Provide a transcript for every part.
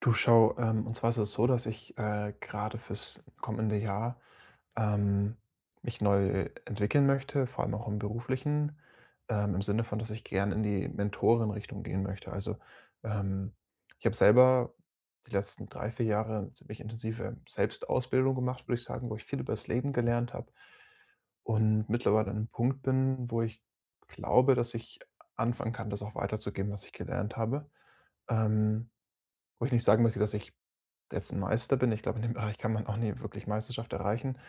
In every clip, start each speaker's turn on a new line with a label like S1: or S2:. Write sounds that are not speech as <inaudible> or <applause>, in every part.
S1: Du schau, und zwar ist es so, dass ich gerade fürs kommende Jahr, ähm, mich neu entwickeln möchte, vor allem auch im Beruflichen, im Sinne von, dass ich gern in die Mentorenrichtung gehen möchte. Also, ähm, ich habe selber die letzten 3, 4 Jahre ziemlich intensive Selbstausbildung gemacht, würde ich sagen, wo ich viel über das Leben gelernt habe und mittlerweile an 'nem Punkt bin, wo ich glaube, dass ich anfangen kann, das auch weiterzugeben, was ich gelernt habe. Ähm, Wo ich nicht sagen möchte, dass ich jetzt 'n Meister bin. Ich glaube, in dem Bereich kann man auch nie wirklich Meisterschaft erreichen.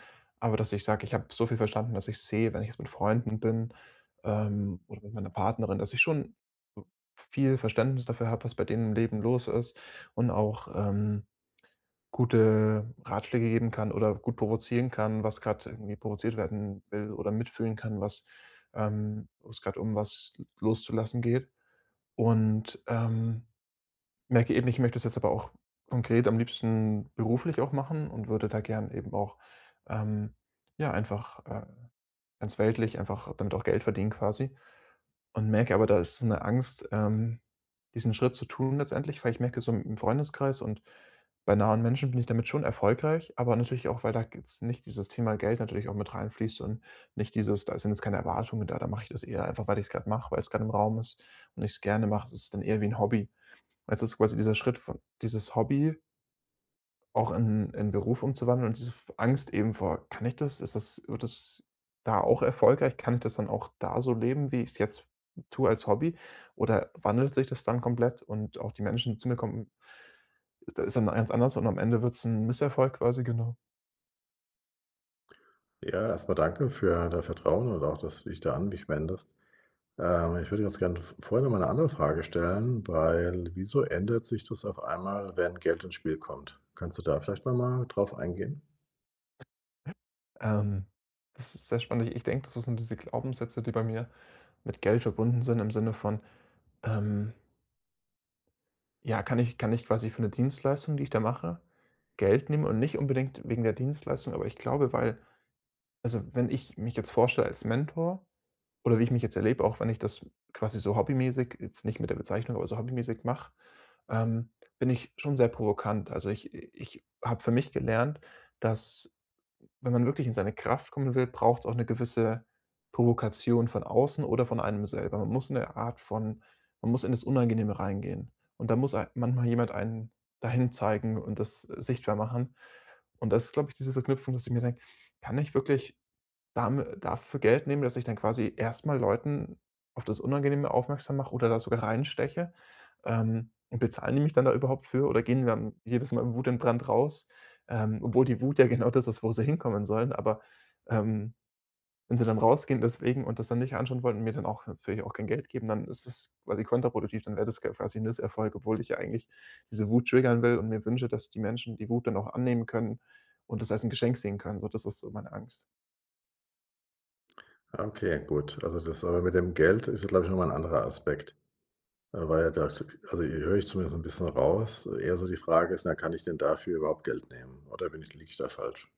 S1: Aber dass ich sage, ich habe so viel verstanden, dass ich sehe, wenn ich jetzt mit Freunden bin, oder mit meiner Partnerin, dass ich schon viel Verständnis dafür habe, was bei denen im Leben los ist und auch, gute Ratschläge geben kann oder gut provozieren kann, was gerade irgendwie provoziert werden will oder mitfühlen kann, was wo's grad um was loszulassen geht. Und merke eben, ich möchte es jetzt aber auch konkret am liebsten beruflich auch machen und würde da gern eben auch, ähm, ja, einfach ganz weltlich einfach damit auch Geld verdienen quasi und merke aber, da ist so eine Angst, diesen Schritt zu tun letztendlich, weil ich merke, so im Freundeskreis und bei nahen Menschen bin ich damit schon erfolgreich, aber natürlich auch, weil da jetzt nicht dieses Thema Geld natürlich auch mit reinfließt und nicht dieses da sind jetzt keine Erwartungen da, da mache ich das eher einfach, weil ich es gerade mache, weil es gerade im Raum ist und ich es gerne mache. Es ist dann eher wie ein Hobby. Es ist quasi dieser Schritt von dieses Hobby auch in Beruf umzuwandeln und diese v Angst eben vor: „Kann ich das? Ist das wird das da auch erfolgreich? Kann ich das dann auch da so leben, wie ich es jetzt tue als Hobby? Oder wandelt sich das dann komplett?“ Und auch die Menschen, die zu mir kommen, ist dann ganz anders und am Ende wird es ein Misserfolg quasi, genau.
S2: Ja, erstmal danke für dein Vertrauen und auch, dass du dich da an mich wendest. Ich würde ganz gerne v vorher noch mal eine andere Frage stellen, weil wieso ändert sich das auf einmal, wenn Geld ins Spiel kommt? Kannst du da vielleicht noch mal drauf eingehen?
S1: Ähm, Das ist sehr spannend. Ich denke, das sind diese Glaubenssätze, die bei mir mit Geld verbunden sind im Sinne von, ähm ja, kann ich quasi für eine Dienstleistung, die ich da mache, Geld nehmen und nicht unbedingt wegen der Dienstleistung, aber ich glaube, weil also, wenn ich mich jetzt vorstelle als Mentor oder wie ich mich jetzt erlebe, auch wenn ich das quasi so hobbymäßig jetzt nicht mit der Bezeichnung, aber so hobbymäßig mache, ähm, bin ich schon sehr provokant. Also, ich habe für mich gelernt, dass wenn man wirklich in seine Kraft kommen will, braucht es auch eine gewisse Provokation von außen oder von einem selber. Man muss in eine Art von man muss in das Unangenehme reingehen. Und da muss ei manchmal jemand einen dahin zeigen und das sichtbar machen. Und das ist, glaube ich, diese Verknüpfung, dass ich mir denke: „Kann ich wirklich Dam dafür Geld nehme, dass ich dann quasi erstmal Leuten auf das Unangenehme aufmerksam mache oder da sogar reinsteche? Und bezahlen die mich dann da überhaupt für oder gehen die dann jedes Mal im wutentbrannt raus? Obwohl die Wut ja genau das ist, wo sie hinkommen sollen, aber, ähm, wenn sie dann rausgehen deswegen und das dann nicht anschauen wollen und mir dann auch natürlich auch kein Geld geben, dann ist es quasi kontraproduktiv, dann wäre das ja quasi 'n Misserfolg, obwohl ich ja eigentlich diese Wut triggern will und mir wünsche, dass die Menschen die Wut dann auch annehmen können und das als ein Geschenk sehen können. So, das ist so meine Angst.
S2: Ah, okay, gut. Also, das aber mit dem Geld ist ja, glaube ich, noch mal 'n anderer Aspekt, weil da also, hier höre ich zumindest ein bisschen raus, eher so die Frage ist, na, kann ich denn dafür überhaupt Geld nehmen oder bin ich liege ich da falsch?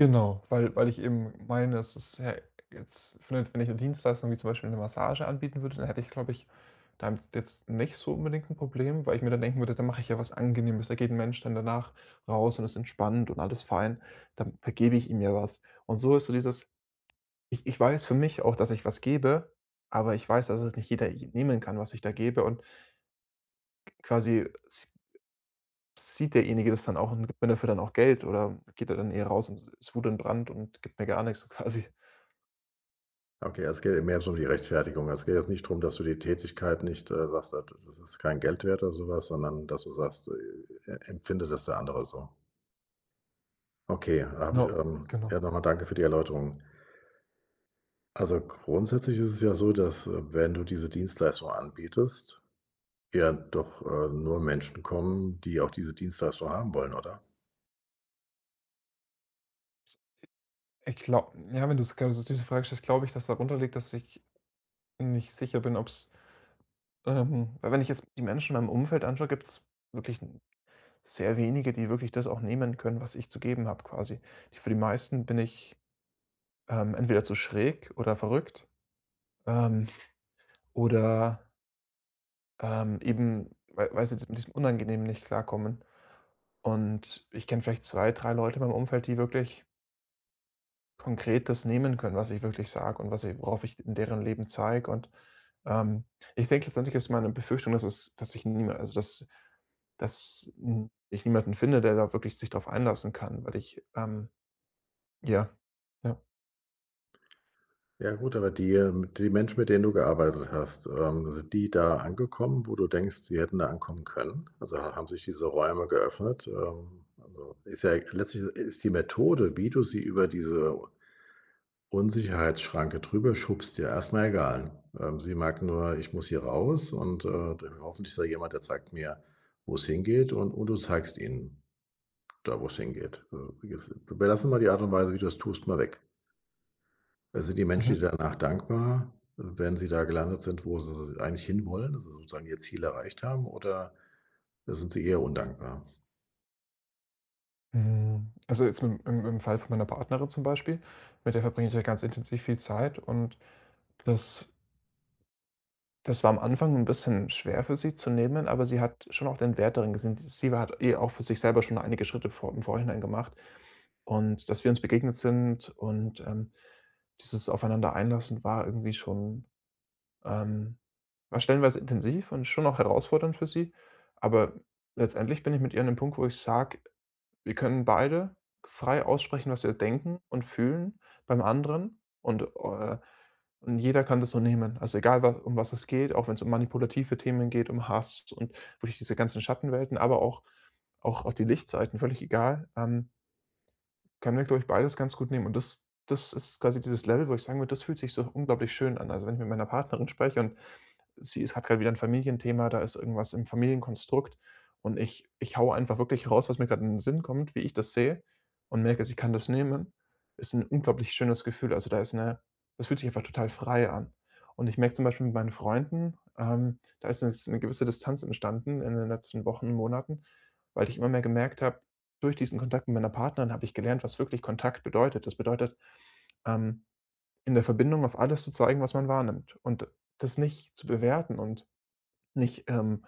S1: Genau, weil ich eben meine, es ist ja jetzt findet wenn ich eine Dienstleistung wie zum Beispiel eine Massage anbieten würde, dann hätte ich, glaube ich, damit jetzt nicht so unbedingt ein Problem, weil ich mir dann denken würde: dann mache ich ja was Angenehmes. Da geht ein Mensch dann danach raus und ist entspannt und alles fein. Dann da gebe ich ihm ja was.“ Und so ist so dieses ich weiß für mich auch, dass ich was gebe, aber ich weiß, dass es nicht jeder nehmen kann, was ich da gebe und quasi s sieht derjenige das dann auch und gibt mir dafür dann auch Geld oder geht er dann eher raus und ist wutentbrannt und gibt mir gar nichts so quasi.
S2: Okay, es geht mehr so um die Rechtfertigung. Es geht jetzt nicht drum, dass du die Tätigkeit nicht, sagst, das ist kein Geld wert oder so, sondern dass du sagst, e empfindet das der andere so. Okay, habe ich,
S1: Genau, genau.
S2: ja, nochmal danke für die Erläuterung. Also, grundsätzlich ist es ja so, dass, wenn du diese Dienstleistung anbietest, ja doch, nur Menschen kommen, die auch diese Dienstleistung haben wollen, oder?
S1: Ich glaube ja, wenn du's gerade so diese Frage stellst, glaube ich, dass darunter liegt, dass ich nicht sicher bin, ob's weil wenn ich jetzt die Menschen in meinem Umfeld anschaue, gibt es wirklich n sehr wenige, die wirklich das auch nehmen können, was ich zu geben habe quasi. Die für die meisten bin ich, entweder zu schräg oder verrückt, ähm, oder, eben, weil sie mit diesem Unangenehmen nicht klarkommen. Und ich kenne vielleicht 2, 3 Leute in meinem Umfeld, die wirklich konkret das nehmen können, was ich wirklich sage und was ich worauf ich in deren Leben zeige und, ähm, ich denke letztendlich ist meine Befürchtung, dass es dass ich niema also, dass dass, hm, ich niemanden finde, der da wirklich sich drauf einlassen kann, weil ich, ja, ja,
S2: Ja gut, aber die, die Menschen, mit denen du gearbeitet hast, sind die da angekommen, wo du denkst, sie hätten da ankommen können? Also, ha haben sich diese Räume geöffnet? Also, ist ja letztlich ist die Methode, wie du sie über diese Unsicherheitsschranke drüber schubst, ja erstmal egal. Sie merken nur: „Ich muss hier raus und, hoffentlich ist da jemand, der zeigt mir, wo es hingeht“, und du zeigst ihnen da, wo es hingeht. Jetzt wir lassen mal die Art und Weise, wie du es tust, mal weg. Sind die Menschen
S1: mhm.
S2: dir danach dankbar, wenn sie da gelandet sind, wo sie eigentlich hinwollen, also sozusagen ihr Ziel erreicht haben, oder sind sie eher undankbar?
S1: Hm, also, jetzt im Fall von meiner Partnerin zum Beispiel, mit der verbringe ich ja ganz intensiv viel Zeit und das das war am Anfang ein bisschen schwer für sie zu nehmen, aber sie hat schon auch den Wert darin gesehen. Sie hat eh auch für sich selber schon einige Schritte vor im Vorhinein gemacht. Und dass wir uns begegnet sind und, dieses Aufeinander einlassen war irgendwie schon, ähm war stellenweise intensiv und schon auch herausfordernd für sie. Aber letztendlich bin ich mit ihr an dem Punkt, wo ich sage: „Wir können beide frei aussprechen, was wir denken und fühlen beim anderen und und jeder kann das so nehmen.“ Also, egal was um was es geht, auch wenn es um manipulative Themen geht, um Hass und wirklich diese ganzen Schattenwelten, aber auch die Lichtseiten, völlig egal. Können wir, glaube ich, beides ganz gut nehmen und das ist quasi dieses Level, wo ich sagen würde, das fühlt sich so unglaublich schön an. Also, wenn ich mit meiner Partnerin spreche und sie ist hat gerade wieder ein Familienthema, da ist irgendwas im Familienkonstrukt und ich hau einfach wirklich raus, was mir gerade in den Sinn kommt, wie ich das sehe und merke, sie kann das nehmen, ist ein unglaublich schönes Gefühl. Also, da ist eine, das fühlt sich einfach total frei an. Und ich merke zum Beispiel mit meinen Freunden, da ist jetzt 'ne gewisse Distanz entstanden in den letzten Wochen und Monaten, weil ich immer mehr gemerkt habe, durch diesen Kontakt mit meiner Partnerin habe ich gelernt, was wirklich Kontakt bedeutet. Das bedeutet, ähm, in der Verbindung auf alles zu zeigen, was man wahrnimmt und das nicht zu bewerten und nicht,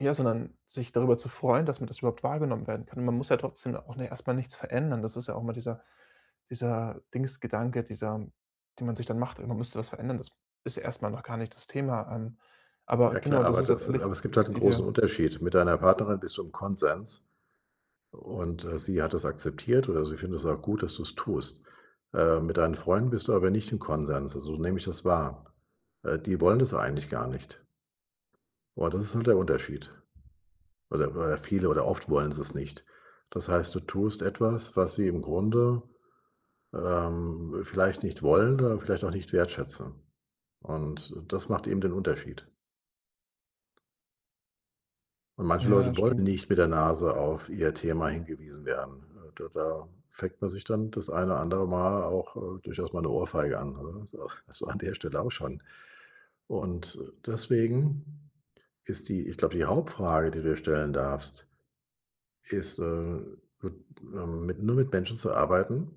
S1: ja, sondern sich darüber zu freuen, dass man das überhaupt wahrgenommen werden kann. Und man muss ja trotzdem auch ne, erst nichts verändern. Das ist ja auch mal dieser Dingsgedanke, dieser den man sich dann macht, man müsste was verändern. Das ist ja erst noch gar nicht das Thema, aber
S2: Ja
S1: genau,
S2: klar,
S1: das
S2: aber
S1: ist
S2: das aber
S1: letztendlich
S2: es gibt halt
S1: das
S2: einen großen
S1: Ideal.
S2: Unterschied. Mit deiner Partnerin bist du im Konsens und, sie hat das akzeptiert oder sie findet es auch gut, dass du es tust. Mit deinen Freunden bist du aber nicht im Konsens, also, so nehme ich das wahr. Die wollen das eigentlich gar nicht. Und das ist halt der Unterschied. Oder viele oder oft wollen sie es nicht. Das heißt, du tust etwas, was sie im Grunde vielleicht nicht wollen oder vielleicht auch nicht wertschätzen. Und das macht eben den Unterschied. Und manche
S1: Ja,
S2: Leute wollen
S1: stimmt.
S2: nicht mit der Nase auf ihr Thema hingewiesen werden. Da fängt man sich dann das eine andere Mal auch, durchaus mal eine Ohrfeige an, oder? So, so an der Stelle auch schon. Und deswegen ist die ich glaube, die Hauptfrage, die du dir stellen darfst, ist, mit mit nur mit Menschen zu arbeiten,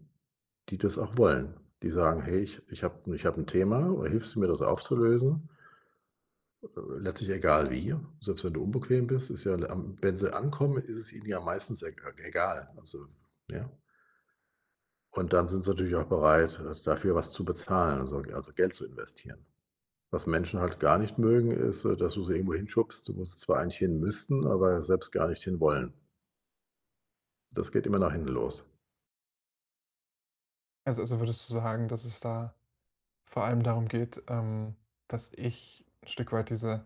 S2: die das auch wollen. Die sagen: „Hey, ich habe ein Thema, oder hilfst du mir, das aufzulösen?“ Äh, letztlich egal wie, selbst wenn du unbequem bist, ist ja am wenn sie ankommen, ist es ihnen ja meistens e egal. Also, ja. Und dann sind sie natürlich auch bereit, dafür was zu bezahlen, also Geld zu investieren. Was Menschen halt gar nicht mögen, ist, dass du sie irgendwo hinschubst, wo sie zwar eigentlich hin müssten, aber selbst gar nicht hin wollen. Das geht immer nach hinten los.
S1: Also würdest du sagen, dass es da vor allem darum geht, dass ich ein Stück weit diese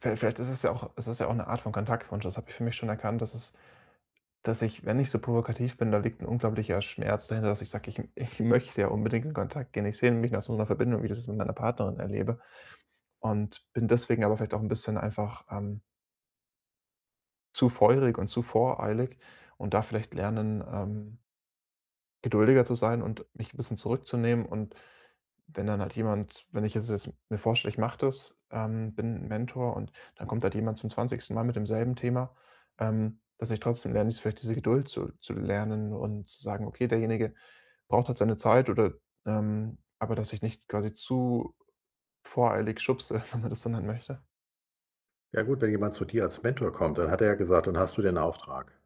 S1: vielleicht ist es ja auch es ist ja auch eine Art von Kontaktwunsch. Das habe ich für mich schon erkannt, dass es dass ich, wenn ich so provokativ bin, da liegt ein unglaublicher Schmerz dahinter, dass ich sage: „Ich möchte ja unbedingt in Kontakt gehen.“ Ich sehne mich nach so einer Verbindung, wie ich das mit meiner Partnerin erlebe und bin deswegen aber vielleicht auch ein bisschen einfach, zu feurig und zu voreilig und da vielleicht lernen, geduldiger zu sein und mich ein bisschen zurückzunehmen und wenn dann halt jemand wenn ich jetzt mir vorstelle, ich mache das, bin 'n Mentor und dann kommt halt jemand zum 20. Mal mit demselben Thema, dass ich trotzdem lerne, dies vielleicht diese Geduld zu lernen und zu sagen: „Okay, derjenige braucht halt seine Zeit“ oder, aber dass ich nicht quasi zu voreilig schubse, <laughs> wenn man das dann halt möchte.
S2: Ja gut, wenn jemand zu dir als Mentor kommt, dann hat er ja gesagt: „Dann hast du den Auftrag“,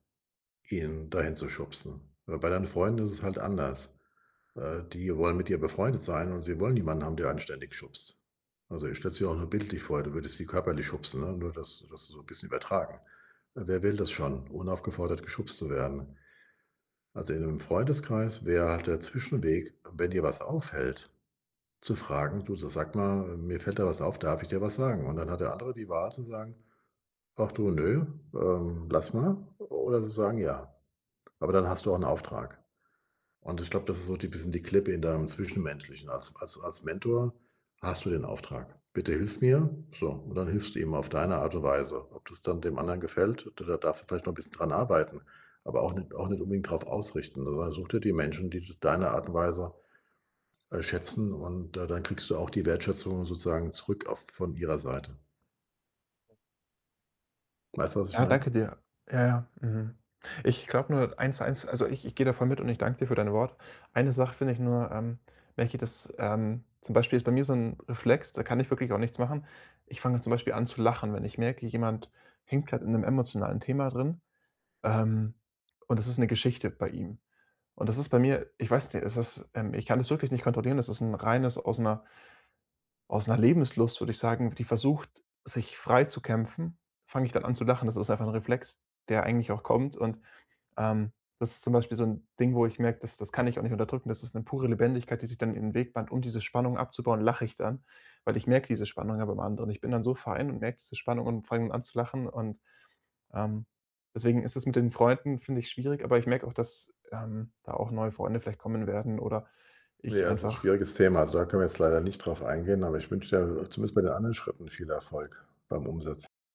S2: ihn dahin zu schubsen. Bei deinen Freunden ist es halt anders. Die wollen mit dir befreundet sein und sie wollen jemanden haben, der anständig schubst. Also, ich stelle es dir auch nur bildlich vor, du würdest sie körperlich schubsen, ne? Nur das so ein bisschen übertragen. Wer will das schon, unaufgefordert geschubst zu werden? Also, in 'nem Freundeskreis wäre halt der Zwischenweg, wenn dir was auffällt, zu fragen: „Du, so sag mal, mir fällt da was auf, darf ich dir was sagen?“ Und dann hat der andere die Wahl zu sagen: „Ach du, nö, lass mal“, oder zu sagen: „Ja.“ Aber dann hast du auch einen Auftrag. Und ich glaube, das ist so die bisschen die Klippe in deinem Zwischenmenschlichen. Als Mentor hast du den Auftrag: „Bitte hilf mir.“ So, und dann hilfst du ihm auf deine Art und Weise. Ob das dann dem anderen gefällt, da darfst du vielleicht noch ein bisschen dran arbeiten, aber auch nicht unbedingt drauf ausrichten, sondern such dir die Menschen, die das deine Art und Weise, schätzen, und, dann kriegst du auch die Wertschätzung sozusagen zurück auf von ihrer Seite. Weißt du, was ich
S1: Ja, danke
S2: meine?
S1: dir. Ja, ja. Mhm. Ich glaube nur 1 zu 1 also, ich gehe da voll mit und ich danke dir für deine Worte. Eine Sache finde ich nur, merke ich, dass zum Beispiel ist bei mir so ein Reflex, da kann ich wirklich auch nichts machen. Ich fange zum Beispiel an zu lachen, wenn ich merke, jemand hängt gerade in einem emotionalen Thema drin, ähm, und das ist eine Geschichte bei ihm. Und das ist bei mir ich weiß nicht, es ist ich kann das wirklich nicht kontrollieren. Das ist ein reines aus einer Lebenslust, würde ich sagen, die versucht, sich frei zu kämpfen. Fange ich dann an zu lachen. Das ist einfach ein Reflex, der eigentlich auch kommt und, ähm, das ist zum Beispiel so ein Ding, wo ich merke, das kann ich auch nicht unterdrücken. Das ist eine pure Lebendigkeit, die sich dann in den Weg bahnt. Um diese Spannung abzubauen, lache ich dann, weil ich merke diese Spannung ja beim anderen. Ich bin dann so fein und merke diese Spannung und fange dann an zu lachen und, ähm, deswegen ist es mit den Freunden, finde ich, schwierig, aber ich merke auch, dass da auch neue Freunde vielleicht kommen werden oder ich
S2: Ja, es ist ein
S1: einfach
S2: schwieriges Thema. Also, da können wir jetzt leider nicht drauf eingehen, aber ich wünsche dir, zumindest bei den anderen Schritten viel Erfolg beim Umsetzen.